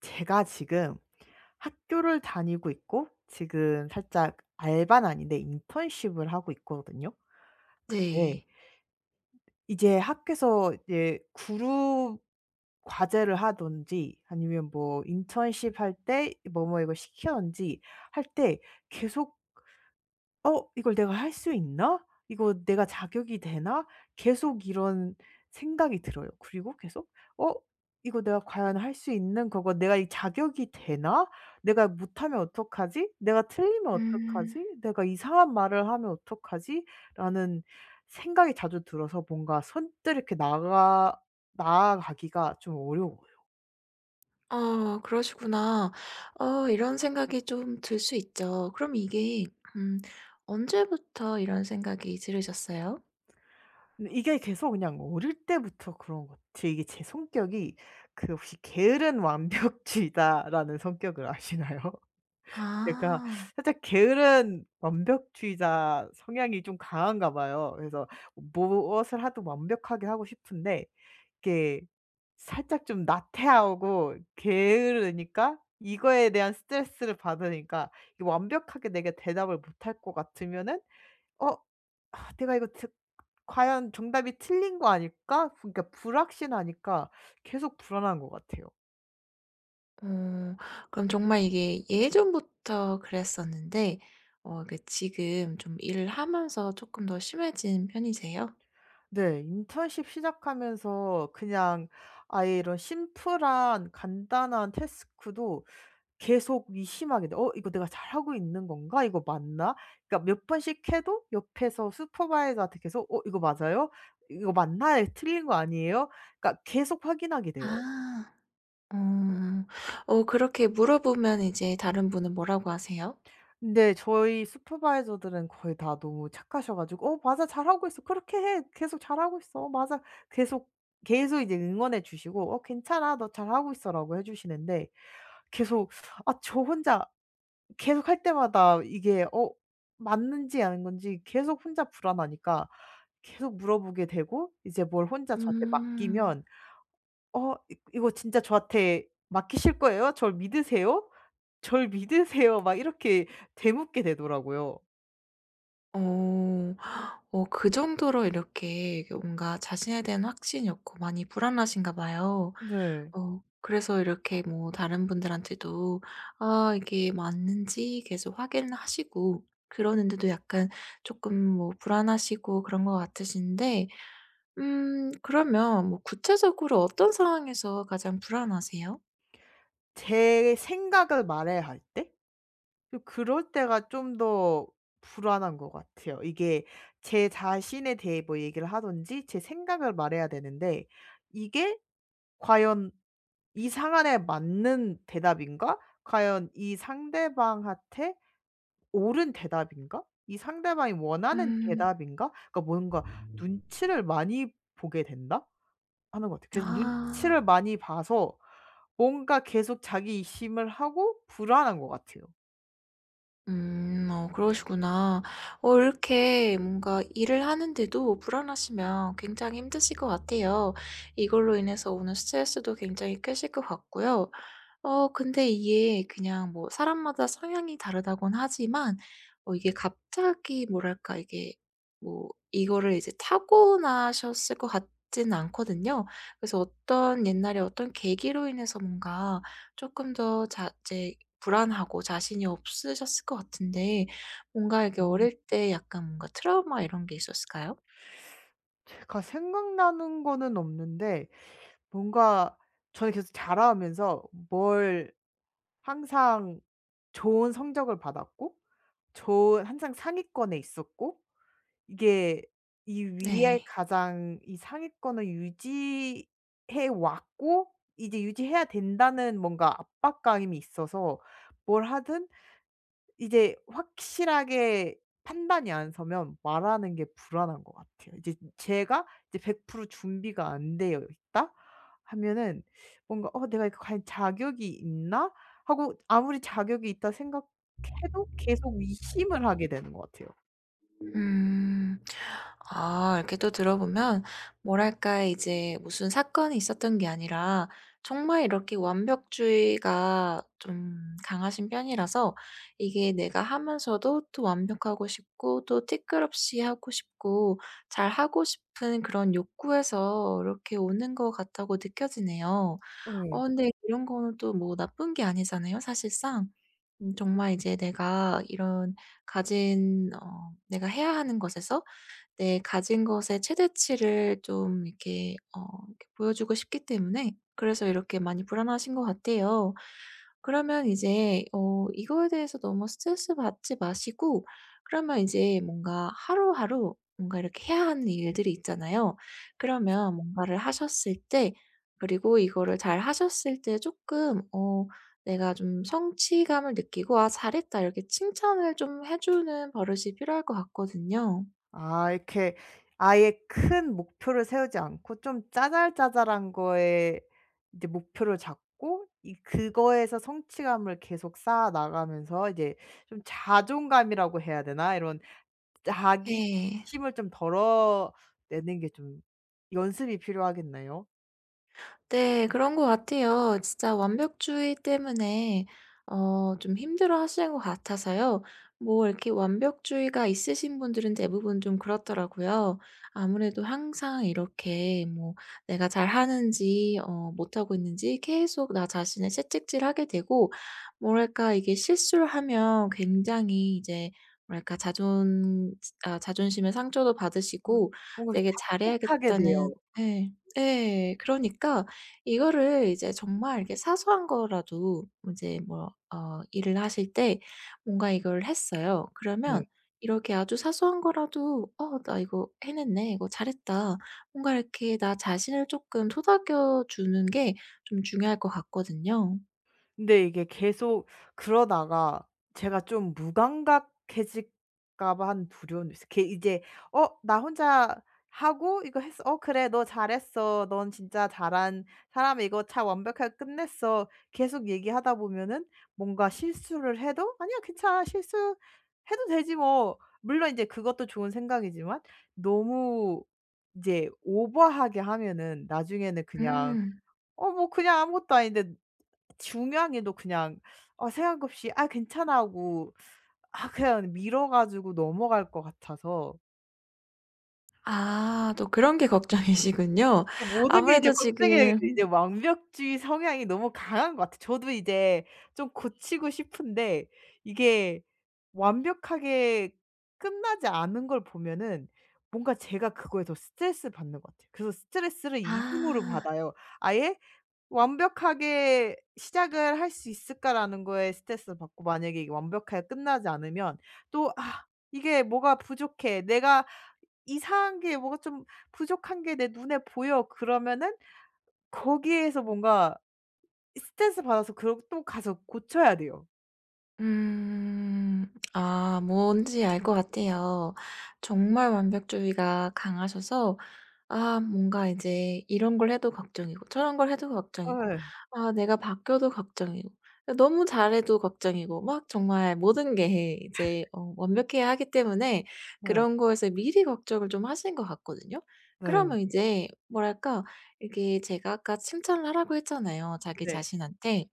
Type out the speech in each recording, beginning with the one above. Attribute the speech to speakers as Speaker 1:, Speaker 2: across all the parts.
Speaker 1: 제가 지금 학교를 다니고 있고 지금 살짝 알바는 아닌데 인턴십을 하고 있거든요. 근데
Speaker 2: 네.
Speaker 1: 이제 학교에서 이제 그룹 과제를 하든지 아니면 뭐 인턴십 할 때 뭐뭐 이거 시키든지 할 때 계속 '어 이걸 내가 할 수 있나? 이거 내가 자격이 되나?' 계속 이런 생각이 들어요. 그리고 계속 '어 이거 내가 과연 할 수 있는 거고 내가 이 자격이 되나? 내가 못하면 어떡하지? 내가 틀리면
Speaker 2: 음.
Speaker 1: 어떡하지? 내가 이상한 말을 하면 어떡하지?'라는 생각이 자주 들어서 뭔가 선뜻 이렇게 나가 나아가기가 좀 어려워요.
Speaker 2: 아 그러시구나. 이런 생각이 좀 들 수 있죠. 그럼 이게 음 언제부터 이런 생각이 들으셨어요?
Speaker 1: 근데 이게 계속 그냥 어릴 때부터 그런 것 같아요. 이게 제 성격이 그 혹시 게으른 완벽주의자라는 성격을 아시나요? 제가
Speaker 2: 아.
Speaker 1: 살짝 게으른 완벽주의자 성향이 좀 강한가 봐요. 그래서 무엇을 하도 완벽하게 하고 싶은데 이게 살짝 좀 나태하고 게으르니까 이거에 대한 스트레스를 받으니까 이 완벽하게 내가 대답을 못할 것 같으면은 어 '아 내가 이거 듣 과연 정답이 틀린 거 아닐까?' 그러니까 불확실하니까 계속 불안한 것 같아요.
Speaker 2: 어 그럼 정말 이게 예전부터 그랬었는데 그 지금 좀 일을 하면서 조금 더 심해진 편이세요?
Speaker 1: 네. 인턴십 시작하면서 그냥 아예 이런 심플한 간단한 태스크도 계속 의심하게 돼요. '어 이거 내가 잘하고 있는 건가? 이거 맞나?' 그러니까 몇 번씩 해도 옆에서 슈퍼바이저한테 계속 "어 이거 맞아요? 이거 맞나요? 틀린 거 아니에요?" 그러니까 계속 확인하게 돼요.
Speaker 2: 아. 어. 그렇게 물어보면 이제 다른 분은 뭐라고 하세요?
Speaker 1: 근데 저희 슈퍼바이저들은 거의 다 너무 착하셔 가지고 "어 맞아. 잘하고 있어. 그렇게 해. 계속 잘하고 있어. 맞아." 계속, 계속 이제 응원해 주시고 "어 괜찮아. 너 잘하고 있어."라고 해 주시는데 계속 아 저 혼자 계속 할 때마다 이게 어 맞는지 아닌 건지 계속 혼자 불안하니까 계속 물어보게 되고 이제 뭘 혼자 저한테 맡기면
Speaker 2: 음.
Speaker 1: "어 이 이거 진짜 저한테 맡기실 거예요? 저를 믿으세요? 절 믿으세요?" 막 이렇게 되묻게 되더라고요.
Speaker 2: 어. 그 정도로 이렇게 뭔가 자신에 대한 확신이 없고 많이 불안하신가 봐요.
Speaker 1: 네.
Speaker 2: 그래서 이렇게 뭐 다른 분들한테도 아 이게 맞는지 계속 확인을 하시고 그러는데도 약간 조금 뭐 불안하시고 그런 것 같으신데 그러면 뭐 구체적으로 어떤 상황에서 가장 불안하세요?
Speaker 1: 제 생각을 말해야 할 때? 좀 그럴 때가 좀 더 불안한 것 같아요. 이게 제 자신에 대해 뭐 얘기를 하든지 제 생각을 말해야 되는데 이게 과연 '이 상황에 맞는 대답인가? 과연 이 상대방한테 옳은 대답인가? 이 상대방이 원하는
Speaker 2: 음.
Speaker 1: 대답인가?' 그러니까 뭔가 눈치를 많이 보게 된다 하는 것 같아요. 그래서 눈치를
Speaker 2: 아.
Speaker 1: 많이 봐서 뭔가 계속 자기 이심을 하고 불안한 것 같아요.
Speaker 2: 음. 그러시구나. 이렇게 뭔가 일을 하는데도 불안하시면 굉장히 힘드실 것 같아요. 이걸로 인해서 오는 스트레스도 굉장히 크실 것 같고요. 근데 이게 그냥 뭐 사람마다 성향이 다르다곤 하지만 이게 갑자기 뭐랄까 이게 뭐 이거를 이제 타고나셨을 것 같지는 않거든요. 그래서 어떤 옛날에 어떤 계기로 인해서 뭔가 조금 더 자 이제 불안하고 자신이 없으셨을 것 같은데 뭔가 이게
Speaker 1: 음.
Speaker 2: 어릴 때 약간 뭔가 트라우마 이런 게 있었을까요?
Speaker 1: 제가 생각나는 거는 없는데 뭔가 저는 계속 자라면서 뭘 항상 좋은 성적을 받았고 좋은 항상 상위권에 있었고 이게 이 위에
Speaker 2: 네.
Speaker 1: 가장 이 상위권을 유지해 왔고 이제 유지해야 된다는 뭔가 압박감이 있어서 뭘 하든 이제 확실하게 판단이 안 서면 말하는 게 불안한 것 같아요. 이제 제가 이제 100% 준비가 안 되어 있다 하면은 뭔가 '어 내가 이거 과연 자격이 있나?' 하고 아무리 자격이 있다 생각해도 계속 의심을 하게 되는 것 같아요.
Speaker 2: 음. 아 이렇게 또 들어보면 뭐랄까 이제 무슨 사건이 있었던 게 아니라 정말 이렇게 완벽주의가 좀 강하신 편이라서 이게 내가 하면서도 또 완벽하고 싶고 또 티끌없이 하고 싶고 잘하고 싶은 그런 욕구에서 이렇게 오는 것 같다고 느껴지네요.
Speaker 1: 예.
Speaker 2: 근데 이런 거는 또 뭐 나쁜 게 아니잖아요 사실상. 정말 이제 내가 해야 하는 것에서 내 가진 것의 최대치를 좀 이렇게 이렇게 보여주고 싶기 때문에 그래서 이렇게 많이 불안하신 것 같아요. 그러면 이제 이거에 대해서 너무 스트레스 받지 마시고 그러면 이제 뭔가 하루하루 뭔가 이렇게 해야 하는 일들이 있잖아요. 그러면 뭔가를 하셨을 때 그리고 이거를 잘 하셨을 때 조금 내가 좀 성취감을 느끼고 '아 잘했다.' 이렇게 칭찬을 좀 해 주는 버릇이 필요할 것 같거든요.
Speaker 1: 아 이렇게 아예 큰 목표를 세우지 않고 좀 짜잘짜잘한 거에 이제 목표를 잡고 이 그거에서 성취감을 계속 쌓아 나가면서 이제 좀 자존감이라고 해야 되나? 이런 자기
Speaker 2: 네.
Speaker 1: 힘을 좀 덜어내는 게 좀 연습이 필요하겠네요.
Speaker 2: 네. 그런 것 같아요. 진짜 완벽주의 때문에 좀 힘들어하시는 것 같아서요. 뭐 이렇게 완벽주의가 있으신 분들은 대부분 좀 그렇더라고요. 아무래도 항상 이렇게 뭐 내가 잘하는지 못하고 있는지 계속 나 자신을 채찍질하게 되고 뭐랄까 이게 실수를 하면 굉장히 이제 뭐랄까 자존심의 상처도
Speaker 1: 음
Speaker 2: 받으시고
Speaker 1: 뭔가
Speaker 2: 되게
Speaker 1: 그 자책하게
Speaker 2: 잘해야겠다는
Speaker 1: 돼요.
Speaker 2: 네, 네 그러니까 이거를 이제 정말 이렇게 사소한 거라도 이제 뭐 일을 하실 때 뭔가 이걸 했어요. 그러면
Speaker 1: 네.
Speaker 2: 이렇게 아주 사소한 거라도 '어 나 이거 해냈네. 이거 잘했다.' 뭔가 이렇게 나 자신을 조금 토닥여 주는 게 좀 중요할 것 같거든요.
Speaker 1: 근데 이게 계속 그러다가 제가 좀 무감각해질까 봐 하는 두려움도 있어요. 걔 이제 '어 나 혼자 하고 이거 했어. 어 그래 너 잘했어. 넌 진짜 잘한 사람이 이거 잘 완벽하게 끝냈어.' 계속 얘기하다 보면은 뭔가 실수를 해도 '아니야 괜찮아. 실수해도 되지 뭐.' 물론 이제 그것도 좋은 생각이지만 너무 이제 오버하게 하면은 나중에는 그냥
Speaker 2: 음.
Speaker 1: '어 뭐 그냥 아무것도 아닌데 중요한 게 또 그냥 어 생각 없이 '아 괜찮아.' 하고 아 그냥 미뤄 가지고 넘어갈 것 같아서
Speaker 2: 아 또 그런 게 걱정이시군요.
Speaker 1: 그 모든 게 이제
Speaker 2: 아무래도
Speaker 1: 걱정이
Speaker 2: 지금
Speaker 1: 이제 완벽주의 성향이 너무 강한 것 같아요. 저도 이제 좀 고치고 싶은데 이게 완벽하게 끝나지 않은 걸 보면은 뭔가 제가 그거에 더 스트레스받는 것 같아요. 그래서 스트레스를 이 중으로
Speaker 2: 아.
Speaker 1: 받아요. 아예 완벽하게 시작을 할 수 있을까라는 거에 스트레스를 받고 만약에 이게 완벽하게 끝나지 않으면 또 '아 이게 뭐가 부족해. 내가 이상한 게 뭐가 좀 부족한 게 내 눈에 보여.' 그러면은 거기에서 뭔가 스트레스 받아서 그러또 가서 고쳐야 돼요.
Speaker 2: 음. 아 뭔지 알 것 같아요. 정말 완벽주의가 강하셔서 아 뭔가 이제 이런 걸 해도 걱정이고 저런 걸 해도 걱정이고
Speaker 1: 예.
Speaker 2: 아 내가 바뀌어도 걱정이고 아 너무 잘해도 걱정이고 막 정말 모든 게 이제 완벽해야 하기 때문에
Speaker 1: 네.
Speaker 2: 그런 거에서 미리 걱정을 좀 하신 것 같거든요.
Speaker 1: 네.
Speaker 2: 그러면 이제 뭐랄까 이게 제가 아까 칭찬을 하라고 했잖아요, 자기
Speaker 1: 네.
Speaker 2: 자신한테.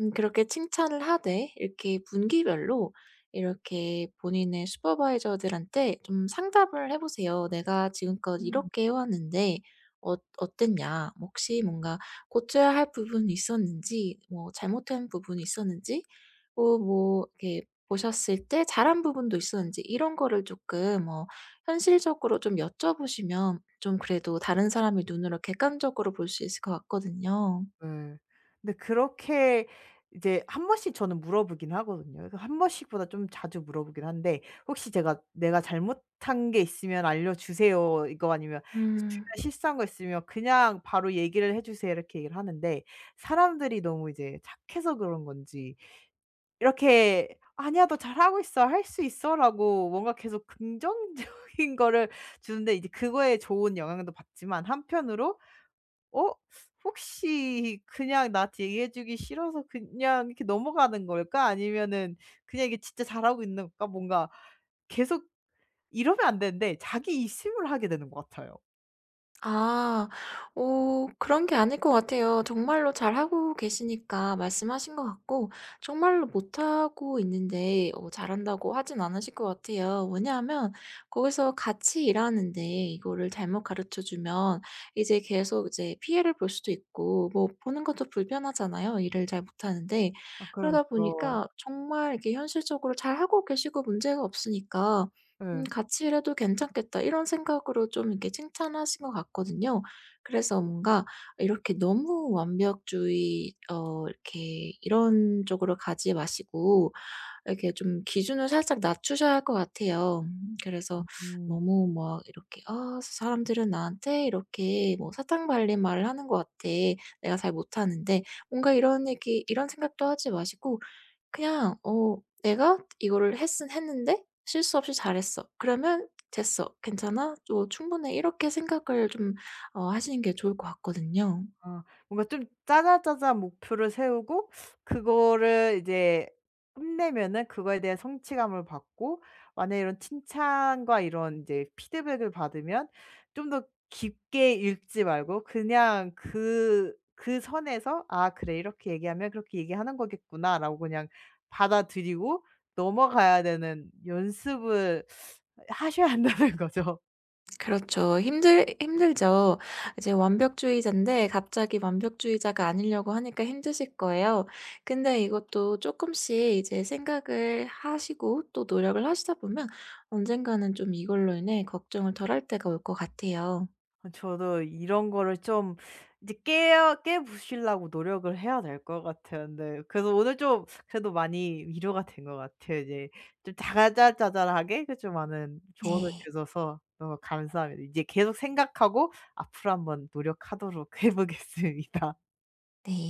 Speaker 2: 그렇게 칭찬을 하되 이렇게 분기별로 이렇게 본인의 슈퍼바이저들한테 좀 상담을 해 보세요. "내가 지금껏 이렇게 해 왔는데 어 어땠냐? 뭐 혹시 뭔가 고쳐야 할 부분이 있었는지 뭐 잘못된 부분이 있었는지 또 뭐 이렇게 보셨을 때 잘한 부분도 있었는지" 이런 거를 조금 현실적으로 좀 여쭤보시면 좀 그래도 다른 사람의 눈으로 객관적으로 볼 수 있을 것 같거든요.
Speaker 1: 예. 근데 그렇게 이제 한 번씩 저는 물어보긴 하거든요. 그래서 한 번씩보다 좀 자주 물어보긴 한데 "혹시 제가 내가 잘못한 게 있으면 알려주세요." 이거 아니면
Speaker 2: 음.
Speaker 1: 중요한 실수한 거 있으면 "그냥 바로 얘기를 해 주세요." 이렇게 얘기를 하는데 사람들이 너무 이제 착해서 그런 건지 이렇게 "아니야. 너 잘하고 있어. 할 수 있어."라고 뭔가 계속 긍정적인 거를 주는데 이제 그거에 좋은 영향도 받지만 한편으로 어 혹시 그냥 나한테 얘기해 주기 싫어서 그냥 이렇게 넘어가는 걸까? 아니면은 그냥 이게 진짜 잘하고 있는 걸까? 뭔가 계속 이러면 안 되는데 자기 이심을 하게 되는 것 같아요.
Speaker 2: 아. 그런 게 아닐 것 같아요. 정말로 잘하고 계시니까 말씀하신 것 같고 정말로 못하고 있는데 잘한다고 하진 않으실 것 같아요. 왜냐하면 거기서 같이 일하는데 이거를 잘못 가르쳐 주면 이제 계속 이제 피해를 볼 수도 있고 뭐 보는 것도 불편하잖아요, 일을 잘 못하는데.
Speaker 1: 아
Speaker 2: 그러다
Speaker 1: 그렇죠.
Speaker 2: 보니까 정말 이렇게 현실적으로 잘하고 계시고 문제가 없으니까
Speaker 1: 예.
Speaker 2: '같이 일해도 괜찮겠다.' 이런 생각으로 좀 이렇게 칭찬하신 것 같거든요. 그래서 뭔가 이렇게 너무 완벽주의 이렇게 이런 쪽으로 가지 마시고 이렇게 좀 기준을 살짝 낮추셔야 할 것 같아요. 그래서
Speaker 1: 음.
Speaker 2: 너무 막 이렇게 '아 사람들은 나한테 이렇게 뭐 사탕 발린 말을 하는 것 같아. 내가 잘 못하는데.' 뭔가 이런 얘기 이런 생각도 하지 마시고 그냥 '내가 이거를 했은 했는데 실수 없이 잘했어. 그러면 됐어. 괜찮아. 또 충분해.' 이렇게 생각을 좀 하시는 게 좋을 것 같거든요.
Speaker 1: 어 뭔가 좀 짜잘짜잘한 목표를 세우고 그거를 이제 끝내면은 그거에 대한 성취감을 받고 만약에 이런 칭찬과 이런 이제 피드백을 받으면 좀 더 깊게 읽지 말고 그냥 그 선에서 '아 그래. 이렇게 얘기하면 그렇게 얘기하는 거겠구나.'라고 그냥 받아들이고 넘어가야 되는 연습을 하셔야 한다는 거죠.
Speaker 2: 그렇죠. 힘들죠. 이제 완벽주의자인데 갑자기 완벽주의자가 아니려고 하니까 힘드실 거예요. 근데 이것도 조금씩 이제 생각을 하시고 또 노력을 하시다 보면 언젠가는 좀 이걸로 인해 걱정을 덜할 때가 올 것 같아요.
Speaker 1: 아 저도 이런 거를 좀 이제 깨어 깨 부수려고 노력을 해야 될 것 같아요. 네. 그래서 오늘 좀 그래도 많이 위로가 된 것 같아요. 이제 좀 자잘자잘하게 그 좀 많은 조언을
Speaker 2: 네.
Speaker 1: 주셔서 너무 감사합니다. 이제 계속 생각하고 앞으로 한번 노력하도록 해 보겠습니다.
Speaker 2: 네.